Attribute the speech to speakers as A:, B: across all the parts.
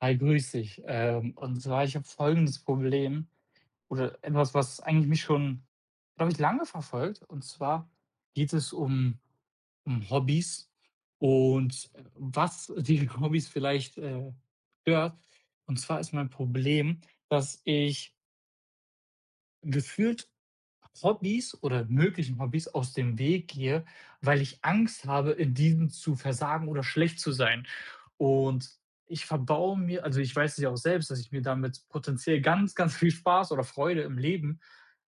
A: Hi, grüß dich. Und zwar, ich habe folgendes Problem oder etwas, was eigentlich mich schon, glaube ich, lange verfolgt. Und zwar geht es um Hobbys und was die Hobbys vielleicht stört. Und zwar ist mein Problem, dass ich gefühlt Hobbys oder möglichen Hobbys aus dem Weg gehe, weil ich Angst habe, in diesen zu versagen oder schlecht zu sein. Und ich verbaue mir, also, ich weiß es ja auch selbst, dass ich mir damit potenziell ganz, ganz viel Spaß oder Freude im Leben,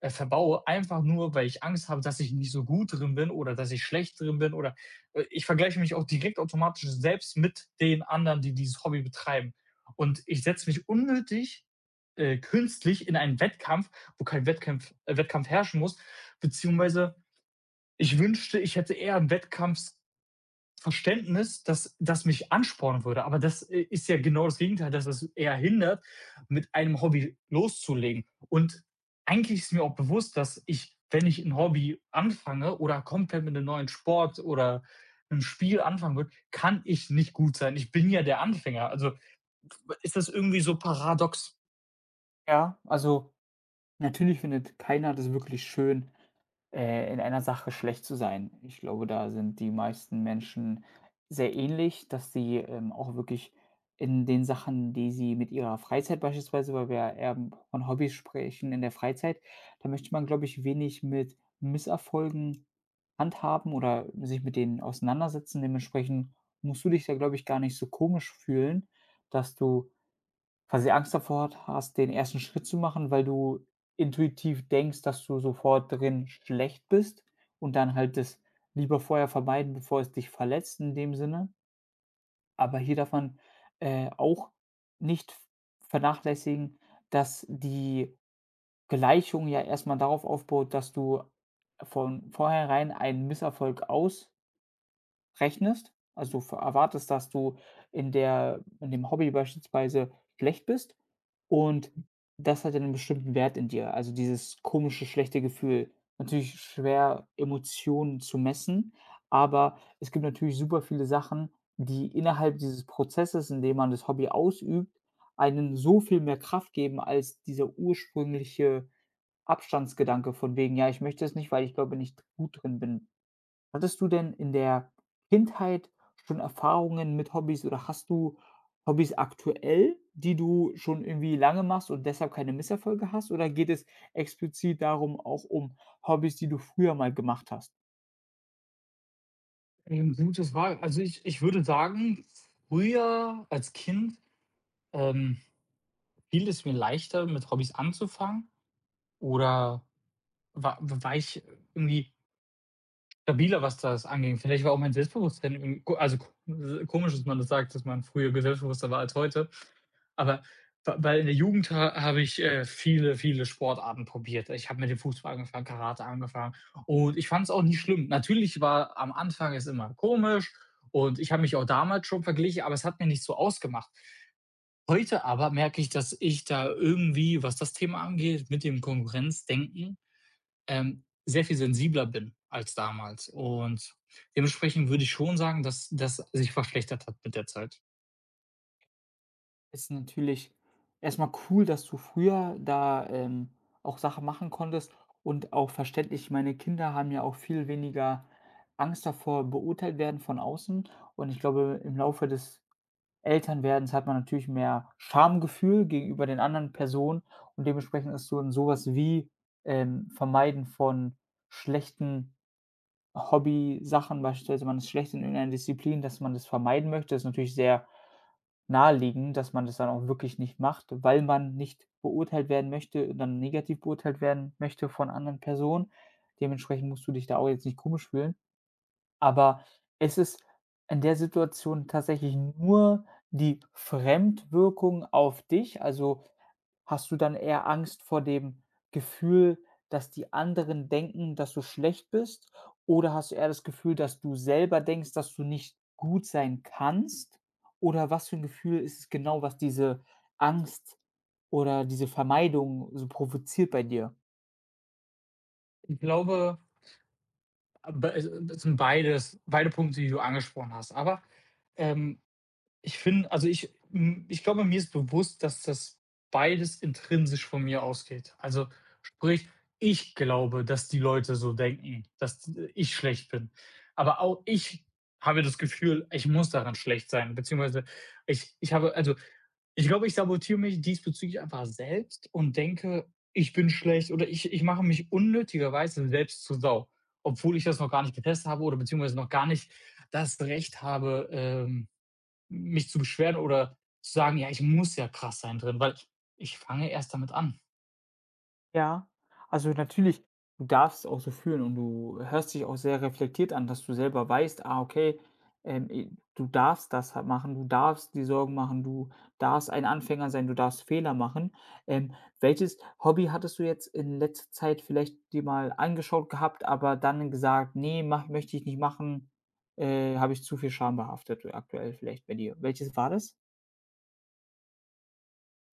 A: verbaue, einfach nur, weil ich Angst habe, dass ich nicht so gut drin bin oder dass ich schlecht drin bin, oder ich vergleiche mich auch direkt automatisch selbst mit den anderen, die dieses Hobby betreiben. Und ich setze mich unnötig, künstlich in einen Wettkampf, wo kein Wettkampf herrschen muss, beziehungsweise ich wünschte, ich hätte eher einen Wettkampf Verständnis, das das mich anspornen würde, aber das ist ja genau das Gegenteil, dass es eher hindert, mit einem Hobby loszulegen. Und eigentlich ist mir auch bewusst, dass ich, wenn ich ein Hobby anfange oder komplett mit einem neuen Sport oder einem Spiel anfangen würde, kann ich nicht gut sein. Ich bin ja der Anfänger. Also, ist das irgendwie so paradox?
B: Ja, also natürlich findet keiner das wirklich schön, in einer Sache schlecht zu sein. Ich glaube, da sind die meisten Menschen sehr ähnlich, dass sie auch wirklich in den Sachen, die sie mit ihrer Freizeit beispielsweise weil wir ja eher von Hobbys sprechen in der Freizeit, da möchte man, glaube ich, wenig mit Misserfolgen handhaben oder sich mit denen auseinandersetzen. Dementsprechend musst du dich da, glaube ich, gar nicht so komisch fühlen, dass du quasi Angst davor hast, den ersten Schritt zu machen, weil du intuitiv denkst, dass du sofort drin schlecht bist und dann halt das lieber vorher vermeiden, bevor es dich verletzt in dem Sinne. Aber hier darf man, auch nicht vernachlässigen, dass die Gleichung ja erst mal darauf aufbaut, dass du von vornherein einen Misserfolg aus rechnest, also f erwartest, dass du in dem Hobby beispielsweise schlecht bist und das hat ja 'nen bestimmten Wert in dir. Also, dieses komische, schlechte Gefühl. Natürlich schwer, Emotionen zu messen, aber es gibt natürlich super viele Sachen, die innerhalb dieses Prozesses, in dem man das Hobby ausübt, einen so viel mehr Kraft geben als dieser ursprüngliche Abstandsgedanke von wegen: „Ja, ich möchte es nicht, weil ich glaube nicht gut drin bin.“ Hattest du denn in der Kindheit schon Erfahrungen mit Hobbys oder hast du Hobbys aktuell, die du schon irgendwie lange machst und deshalb keine Misserfolge hast? Oder geht es explizit darum, auch um Hobbys, die du früher mal gemacht hast?
A: Gute Frage. Also, ich würde sagen, früher als Kind, ähm, fiel es mir leichter, mit Hobbys anzufangen oder Wa war ich irgendwie stabiler, was das anging. Vielleicht war auch mein Selbstbewusstsein irgendwie ko also, ko komisch, dass man das sagt, dass man früher selbstbewusster war als heute, aber wa weil in der Jugend ha habe ich viele, viele Sportarten probiert. Ich habe mit dem Fußball angefangen, Karate angefangen und ich fand es auch nicht schlimm. Natürlich war am Anfang es immer komisch und ich habe mich auch damals schon verglichen, aber es hat mir nicht so ausgemacht. Heute aber merke ich, dass ich da irgendwie, was das Thema angeht, mit dem Konkurrenzdenken sehr viel sensibler bin als damals und dementsprechend würde ich schon sagen, dass das sich verschlechtert hat mit der Zeit.
B: Ist natürlich erstmal cool, dass du früher da auch Sachen machen konntest und auch verständlich, meine Kinder haben ja auch viel weniger Angst davor, beurteilt werden von außen und ich glaube, im Laufe des Elternwerdens hat man natürlich mehr Schamgefühl gegenüber den anderen Personen und dementsprechend ist so 'n sowas wie Vermeiden von schlechten Hobbysachen, beispielsweise man ist schlecht in irgendeiner Disziplin, dass man das vermeiden möchte. Ist natürlich sehr naheliegend, dass man das dann auch wirklich nicht macht, weil man nicht beurteilt werden möchte dann negativ beurteilt werden möchte von anderen Personen. Dementsprechend musst du dich da auch jetzt nicht komisch fühlen. Aber es ist in der Situation tatsächlich nur die Fremdwirkung auf dich? Also, hast du dann eher Angst vor dem Gefühl, dass die anderen denken, dass du schlecht bist? Oder hast du eher das Gefühl, dass du selber denkst, dass du nicht gut sein kannst? Oder was für ein Gefühl ist es genau, was diese Angst oder diese Vermeidung so provoziert bei dir?
A: Ich glaube, be es sind beide Punkte, die du angesprochen hast, aber, ähm ich finde, ich glaube, mir ist bewusst, dass das beides intrinsisch von mir ausgeht. Also, sprich, ich glaube, dass die Leute so denken, dass ich schlecht bin. Aber auch ich habe das Gefühl, ich muss daran schlecht sein, beziehungsweise ich habe, also, ich glaube, ich sabotiere mich diesbezüglich einfach selbst und denke, ich bin schlecht oder ich mache mich unnötigerweise selbst zur Sau, obwohl ich das noch gar nicht getestet habe oder beziehungsweise noch gar nicht das Recht habe, mich zu beschweren oder zu sagen: „Ja, ich muss ja krass sein drin“, weil ich fange erst damit an.
B: Ja, also natürlich, du darfst es auch so fühlen und du hörst dich auch sehr reflektiert an, dass du selber weißt, ah, okay, i du darfst das ha machen, du darfst die Sorgen machen, du darfst ein Anfänger sein, du darfst Fehler machen. Ähm, Welches Hobby hattest du jetzt in letzter Zeit vielleicht dir mal angeschaut gehabt, aber dann gesagt: nee, mach möchte ich nicht machen, habe ich zu viel schambehaftet aktuell“ vielleicht bei dir. Welches war das?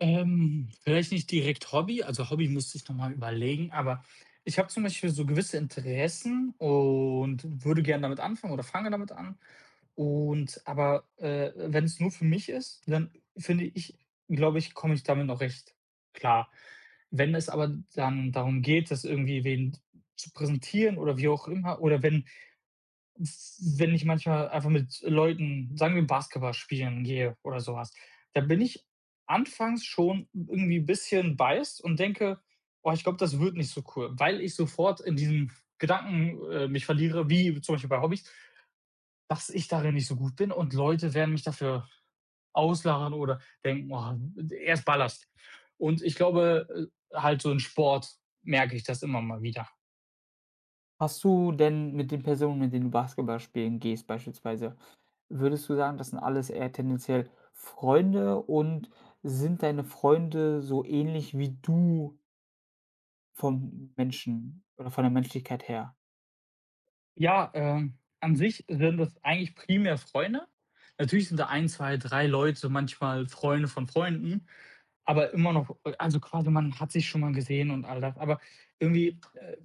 A: Vielleicht nicht direkt Hobby, also Hobby müsste ich noch mal überlegen, aber ich habe zum Beispiel so gewisse Interessen und würde gerne damit anfangen oder fange damit an und aber, wenn es nur für mich ist, dann finde ich, glaube ich, komme ich damit noch recht klar. Wenn es aber dann darum geht, das irgendwie wen zu präsentieren oder wie auch immer, oder wenn ich manchmal einfach mit Leuten, sagen wir, Basketball spielen gehe oder sowas, da bin ich anfangs schon irgendwie 'n bisschen biased und denke: „Oh, ich glaube, das wird nicht so cool“, weil ich sofort in diesem Gedanken mich verliere, wie zum Beispiel bei Hobbys, dass ich darin nicht so gut bin und Leute werden mich dafür auslachen oder denken: „Oh, er ist Ballast.“ Und ich glaube, halt so in Sport merke ich das immer mal wieder.
B: Hast du denn mit den Personen, mit denen du Basketball spielen gehst beispielsweise würdest du sagen, das sind alles eher tendenziell Freunde und sind deine Freunde so ähnlich wie du vom Menschen oder von der Menschlichkeit her?
A: Ja, an sich sind das eigentlich primär Freunde. Natürlich sind da ein, 2, 3 Leute, manchmal Freunde von Freunden, aber immer noch, also quasi, man hat sich schon mal gesehen und all das. Aber irgendwie,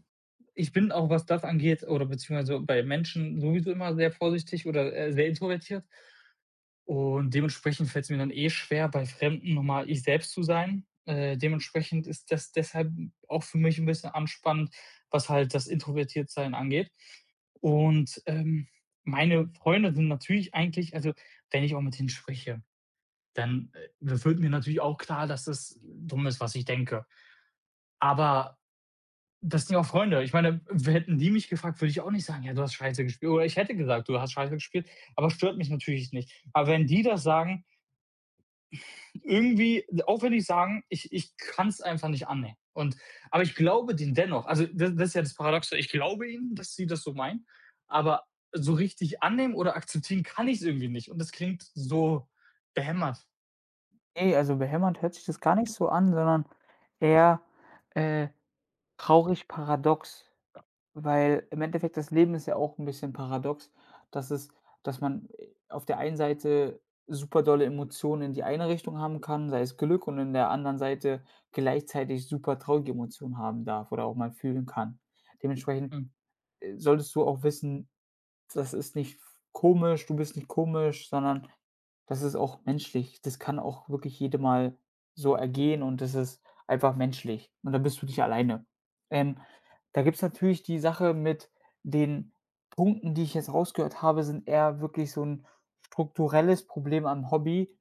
A: ich bin auch, was das angeht oder beziehungsweise bei Menschen sowieso immer sehr vorsichtig oder sehr introvertiert. Und dementsprechend fällt es mir dann eh schwer, bei Fremden nochmal ich selbst zu sein. Dementsprechend ist das deshalb auch für mich ein bisschen anspannend, was halt das Introvertiertsein angeht. Und, meine Freunde sind natürlich, eigentlich, also, wenn ich auch mit denen spreche, dann wird mir natürlich auch klar, dass das dumm ist, was ich denke. Aber das sind ja auch Freunde. Ich meine, w hätten die mich gefragt, würde ich auch nicht sagen: „Ja, du hast scheiße gespielt.“ Oder ich hätte gesagt: „Du hast scheiße gespielt“, aber stört mich natürlich nicht. Aber wenn die das sagen, irgendwie, auch wenn ich sagen, ich kann es einfach nicht annehmen. Und, aber ich glaube den dennoch, also, das, das ist ja das Paradoxe, ich glaube ihnen, dass sie das so meinen, aber so richtig annehmen oder akzeptieren kann ich es irgendwie nicht. Und das klingt so behämmert.
B: Ne, also behämmert hört sich das gar nicht so an, sondern eher, äh, traurig paradox. Weil im Endeffekt das Leben ist ja auch ein bisschen paradox, dass es dass man, auf der einen Seite super dolle Emotionen in die eine Richtung haben kann, sei es Glück, und in der anderen Seite gleichzeitig super traurige Emotionen haben darf oder auch mal fühlen kann. Dementsprechend,
A: Hm.
B: äh, solltest du auch wissen, das ist nicht komisch, du bist nicht komisch, sondern das ist auch menschlich. Das kann auch wirklich jedem mal so ergehen und das ist einfach menschlich und dann bist du nicht alleine. Ähm, Da gibt es natürlich die Sache mit den Punkten, die ich jetzt rausgehört habe, sind eher wirklich so ein strukturelles Problem am Hobby,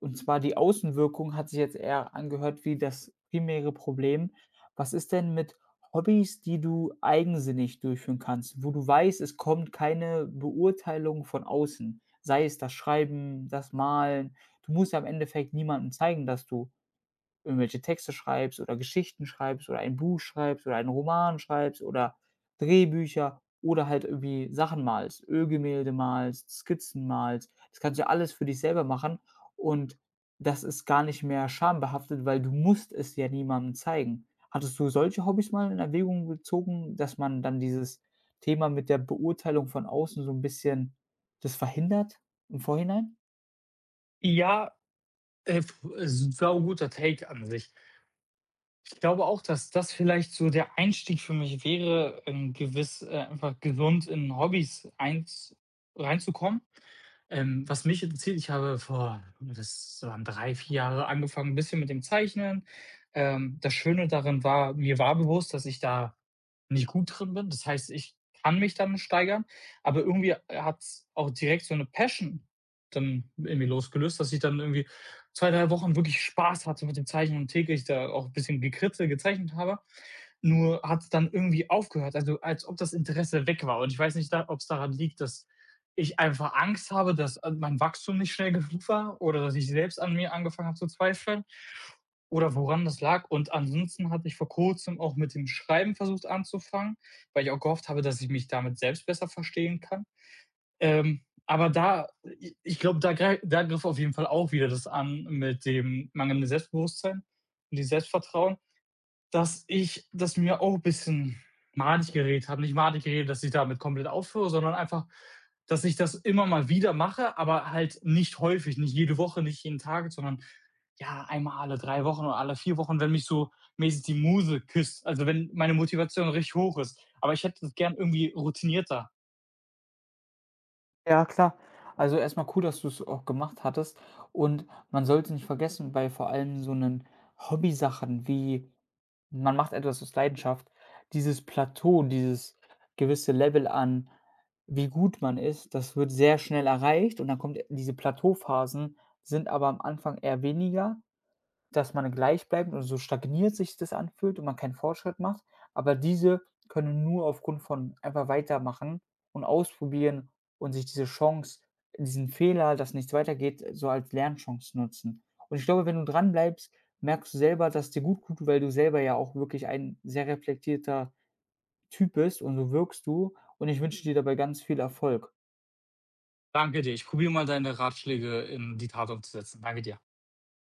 B: und zwar die Außenwirkung hat sich jetzt eher angehört wie das primäre Problem. Was ist denn mit Hobbys, die du eigensinnig durchführen kannst, wo du weißt, es kommt keine Beurteilung von außen? Sei es das Schreiben, das Malen. Du musst ja im Endeffekt niemandem zeigen, dass du irgendwelche Texte schreibst oder Geschichten schreibst oder ein Buch schreibst oder einen Roman schreibst oder Drehbücher oder halt irgendwie Sachen malst, Ölgemälde malst, Skizzen malst. Das kannst du ja alles für dich selber machen und das ist gar nicht mehr schambehaftet, weil du musst es ja niemandem zeigen. Hattest du solche Hobbys mal in Erwägung gezogen, dass man dann dieses Thema mit der Beurteilung von außen so ein bisschen das verhindert im Vorhinein?
A: Ja, sau guter Take an sich. Ich glaube auch, dass das vielleicht so der Einstieg für mich wäre, gewiss einfach gesund in Hobbys eins, reinzukommen. Was mich interessiert, ich habe vor, oh, das waren 3-4 Jahre, angefangen, ein bisschen mit dem Zeichnen. Das Schöne darin war, mir war bewusst, dass ich da nicht gut drin bin. Das heißt, ich kann mich dann steigern, aber irgendwie hat es auch direkt so eine Passion dann in mir losgelöst, dass ich dann irgendwie 2-3 Wochen wirklich Spaß hatte mit dem Zeichnen und täglich da auch ein bisschen gekritzelt gezeichnet habe. Nur hat's dann irgendwie aufgehört, also als ob das Interesse weg war. Und ich weiß nicht, ob es daran liegt, dass ich einfach Angst habe, dass mein Wachstum nicht schnell genug war oder dass ich selbst an mir angefangen habe zu zweifeln oder woran das lag. Und ansonsten hatte ich vor Kurzem auch mit dem Schreiben versucht anzufangen, weil ich auch gehofft habe, dass ich mich damit selbst besser verstehen kann. Aber da ich glaube, da griff auf jeden Fall auch wieder das an, mit dem mangelnden Selbstbewusstsein und dem Selbstvertrauen. Dass ich, dass mir auch 'n bisschen madig geredet habe, nicht madig geredet, dass ich damit komplett aufhöre, sondern einfach, dass ich das immer mal wieder mache, aber halt nicht häufig, nicht jede Woche, nicht jeden Tag, sondern, ja, einmal alle 3 Wochen oder alle 4 Wochen, wenn mich so mäßig die Muse küsst, also wenn meine Motivation richtig hoch ist. Aber ich hätte das gern irgendwie routinierter.
B: Ja, klar. Also erstmal cool, dass du es auch gemacht hattest und man sollte nicht vergessen, bei vor allem so 'nen Hobbysachen wie man macht etwas aus Leidenschaft, dieses Plateau, dieses gewisse Level an, wie gut man ist, das wird sehr schnell erreicht und dann kommt diese Plateauphasen, sind aber am Anfang eher weniger dass man gleich bleibt und so stagniert sich das anfühlt und man keinen Fortschritt macht, aber diese können nur aufgrund von einfach weitermachen und ausprobieren und sich diese Chance diesen Fehler, dass nichts weitergeht, so als Lernchance nutzen. Und ich glaube, wenn du dran bleibst, merkst du selber, dass es dir gut tut, weil du selber ja auch wirklich ein sehr reflektierter Typ bist und so wirkst du und ich wünsche dir dabei ganz viel Erfolg.
A: Danke dir. Ich probiere mal deine Ratschläge in die Tat umzusetzen. Danke dir.